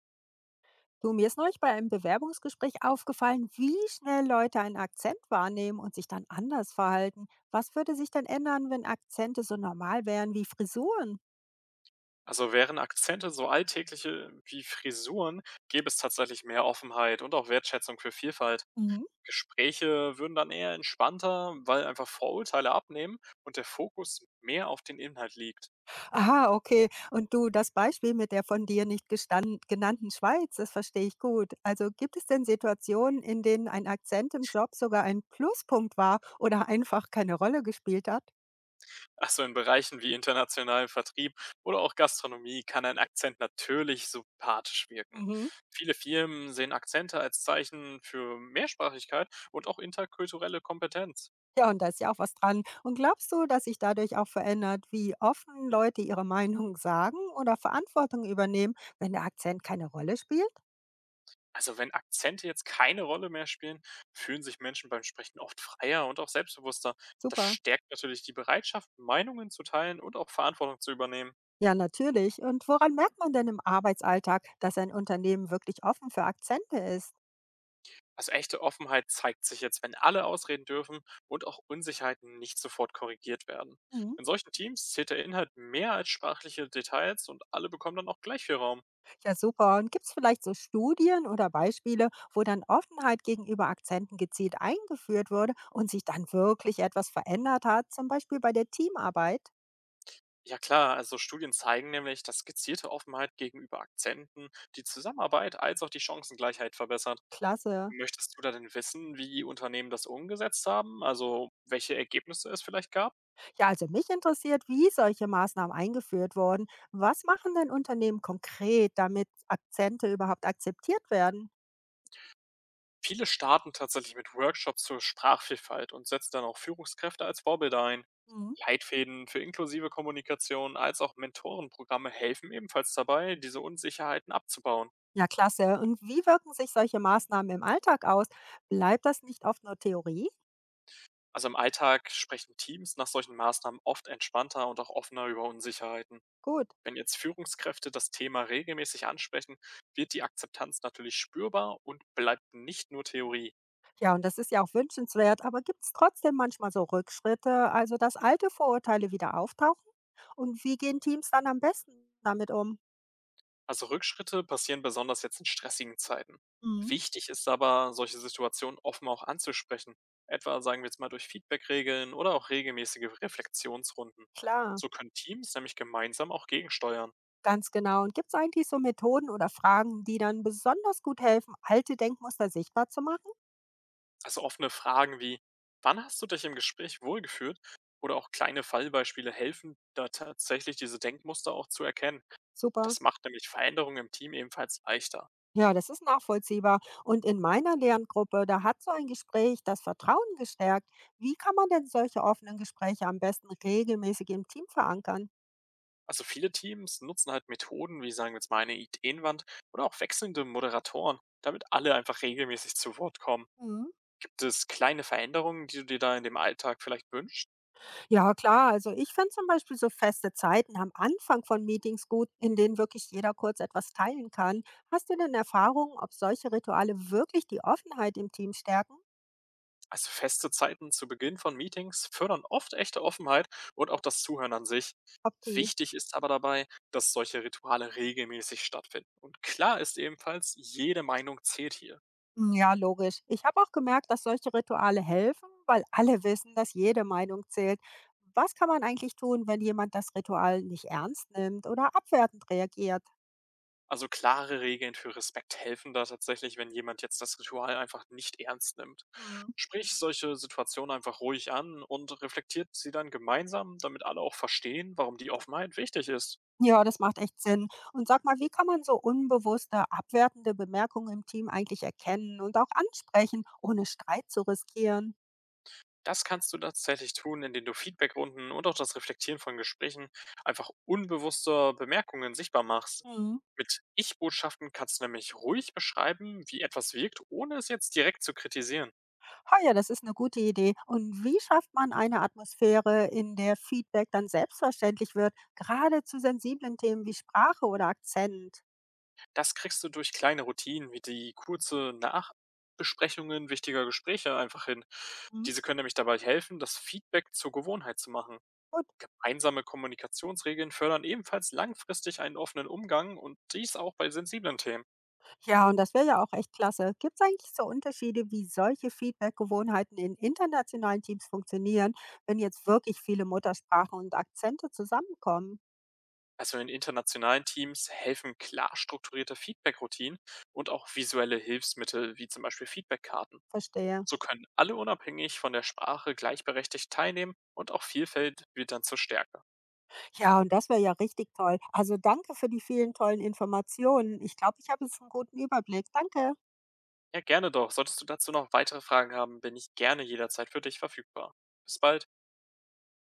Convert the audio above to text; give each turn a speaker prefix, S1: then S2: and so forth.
S1: Du, mir ist neulich bei einem Bewerbungsgespräch aufgefallen, wie schnell Leute einen Akzent wahrnehmen und sich dann anders verhalten. Was würde sich dann ändern, wenn Akzente so normal wären wie Frisuren?
S2: Also wären Akzente so alltägliche wie Frisuren, gäbe es tatsächlich mehr Offenheit und auch Wertschätzung für Vielfalt.
S1: Mhm.
S2: Gespräche würden dann eher entspannter, weil einfach Vorurteile abnehmen und der Fokus mehr auf den Inhalt liegt.
S1: Aha, okay. Und du, das Beispiel mit der von dir nicht gestan- genannten Schweiz, das verstehe ich gut. Also gibt es denn Situationen, in denen ein Akzent im Job sogar ein Pluspunkt war oder einfach keine Rolle gespielt hat?
S2: Also in Bereichen wie internationalen Vertrieb oder auch Gastronomie kann ein Akzent natürlich sympathisch wirken.
S1: Mhm.
S2: Viele Firmen sehen Akzente als Zeichen für Mehrsprachigkeit und auch interkulturelle Kompetenz.
S1: Ja, und da ist ja auch was dran. Und glaubst du, dass sich dadurch auch verändert, wie offen Leute ihre Meinung sagen oder Verantwortung übernehmen, wenn der Akzent keine Rolle spielt?
S2: Also wenn Akzente jetzt keine Rolle mehr spielen, fühlen sich Menschen beim Sprechen oft freier und auch selbstbewusster. Das
S1: Super.
S2: stärkt natürlich die Bereitschaft, Meinungen zu teilen und auch Verantwortung zu übernehmen.
S1: Ja, natürlich. Und woran merkt man denn im Arbeitsalltag, dass ein Unternehmen wirklich offen für Akzente ist?
S2: Also echte Offenheit zeigt sich jetzt, wenn alle ausreden dürfen und auch Unsicherheiten nicht sofort korrigiert werden.
S1: Mhm.
S2: In solchen Teams zählt der Inhalt mehr als sprachliche Details und alle bekommen dann auch gleich viel Raum.
S1: Ja, super. Und gibt es vielleicht so Studien oder Beispiele, wo dann Offenheit gegenüber Akzenten gezielt eingeführt wurde und sich dann wirklich etwas verändert hat, zum Beispiel bei der Teamarbeit?
S2: Ja klar, also Studien zeigen nämlich, dass gezielte Offenheit gegenüber Akzenten die Zusammenarbeit als auch die Chancengleichheit verbessert.
S1: Klasse.
S2: Möchtest du da denn wissen, wie Unternehmen das umgesetzt haben? Also, welche Ergebnisse es vielleicht gab?
S1: Ja, also mich interessiert, wie solche Maßnahmen eingeführt wurden. Was machen denn Unternehmen konkret, damit Akzente überhaupt akzeptiert werden?
S2: Viele starten tatsächlich mit Workshops zur Sprachvielfalt und setzen dann auch Führungskräfte als Vorbilder ein.
S1: Mhm.
S2: Leitfäden für inklusive Kommunikation als auch Mentorenprogramme helfen ebenfalls dabei, diese Unsicherheiten abzubauen.
S1: Ja, klasse. Und wie wirken sich solche Maßnahmen im Alltag aus? Bleibt das nicht oft nur Theorie?
S2: Also im Alltag sprechen Teams nach solchen Maßnahmen oft entspannter und auch offener über Unsicherheiten.
S1: Gut.
S2: Wenn jetzt Führungskräfte das Thema regelmäßig ansprechen, wird die Akzeptanz natürlich spürbar und bleibt nicht nur Theorie.
S1: Ja, und das ist ja auch wünschenswert, aber gibt es trotzdem manchmal so Rückschritte, also dass alte Vorurteile wieder auftauchen? Und wie gehen Teams dann am besten damit um?
S2: Also Rückschritte passieren besonders jetzt in stressigen Zeiten.
S1: Mhm.
S2: Wichtig ist aber, solche Situationen offen auch anzusprechen. Etwa sagen wir jetzt mal durch Feedbackregeln oder auch regelmäßige Reflexionsrunden.
S1: Klar.
S2: So können Teams nämlich gemeinsam auch gegensteuern.
S1: Ganz genau. Und gibt es eigentlich so Methoden oder Fragen, die dann besonders gut helfen, alte Denkmuster sichtbar zu machen?
S2: Also offene Fragen wie, wann hast du dich im Gespräch wohlgefühlt? Oder auch kleine Fallbeispiele helfen, da tatsächlich diese Denkmuster auch zu erkennen.
S1: Super.
S2: Das macht nämlich Veränderungen im Team ebenfalls leichter.
S1: Ja, das ist nachvollziehbar. Und in meiner Lerngruppe, da hat so ein Gespräch das Vertrauen gestärkt. Wie kann man denn solche offenen Gespräche am besten regelmäßig im Team verankern?
S2: Also viele Teams nutzen halt Methoden wie, sagen wir jetzt mal, eine Ideenwand oder auch wechselnde Moderatoren, damit alle einfach regelmäßig zu Wort kommen.
S1: Mhm.
S2: Gibt es kleine Veränderungen, die du dir da in dem Alltag vielleicht wünschst?
S1: Ja, klar. Also ich finde zum Beispiel so feste Zeiten am Anfang von Meetings gut, in denen wirklich jeder kurz etwas teilen kann. Hast du denn Erfahrungen, ob solche Rituale wirklich die Offenheit im Team stärken?
S2: Also feste Zeiten zu Beginn von Meetings fördern oft echte Offenheit und auch das Zuhören an sich.
S1: Ob die.
S2: Wichtig ist aber dabei, dass solche Rituale regelmäßig stattfinden. Und klar ist ebenfalls, jede Meinung zählt hier.
S1: Hm, ja, logisch. Ich habe auch gemerkt, dass solche Rituale helfen, weil alle wissen, dass jede Meinung zählt. Was kann man eigentlich tun, wenn jemand das Ritual nicht ernst nimmt oder abwertend reagiert?
S2: Also klare Regeln für Respekt helfen da tatsächlich, wenn jemand jetzt das Ritual einfach nicht ernst nimmt.
S1: Hm.
S2: Sprich solche Situationen einfach ruhig an und reflektiert sie dann gemeinsam, damit alle auch verstehen, warum die Offenheit wichtig ist.
S1: Ja, das macht echt Sinn. Und sag mal, wie kann man so unbewusste, abwertende Bemerkungen im Team eigentlich erkennen und auch ansprechen, ohne Streit zu riskieren?
S2: Das kannst du tatsächlich tun, indem du Feedbackrunden und auch das Reflektieren von Gesprächen einfach unbewusster Bemerkungen sichtbar machst.
S1: Hm.
S2: Mit Ich-Botschaften kannst du nämlich ruhig beschreiben, wie etwas wirkt, ohne es jetzt direkt zu kritisieren.
S1: Ah ja, das ist eine gute Idee. Und wie schafft man eine Atmosphäre, in der Feedback dann selbstverständlich wird, gerade zu sensiblen Themen wie Sprache oder Akzent?
S2: Das kriegst du durch kleine Routinen wie die kurze Nachbesprechungen wichtiger Gespräche einfach hin.
S1: Mhm,
S2: Diese können nämlich dabei helfen, das Feedback zur Gewohnheit zu machen.
S1: gut.
S2: Gemeinsame Kommunikationsregeln fördern ebenfalls langfristig einen offenen Umgang und dies auch bei sensiblen Themen.
S1: Ja, und das wäre ja auch echt klasse. Gibt es eigentlich so Unterschiede, wie solche Feedback-Gewohnheiten in internationalen Teams funktionieren, wenn jetzt wirklich viele Muttersprachen und Akzente zusammenkommen?
S2: Also in internationalen Teams helfen klar strukturierte Feedback-Routinen und auch visuelle Hilfsmittel wie zum Beispiel Feedbackkarten.
S1: Verstehe.
S2: So können alle unabhängig von der Sprache gleichberechtigt teilnehmen und auch Vielfalt wird dann zur Stärke.
S1: Ja, und das wäre ja richtig toll. Also danke für die vielen tollen Informationen. Ich glaube, ich habe jetzt einen guten Überblick. Danke.
S2: Ja, gerne doch. Solltest du dazu noch weitere Fragen haben, bin ich gerne jederzeit für dich verfügbar. Bis bald.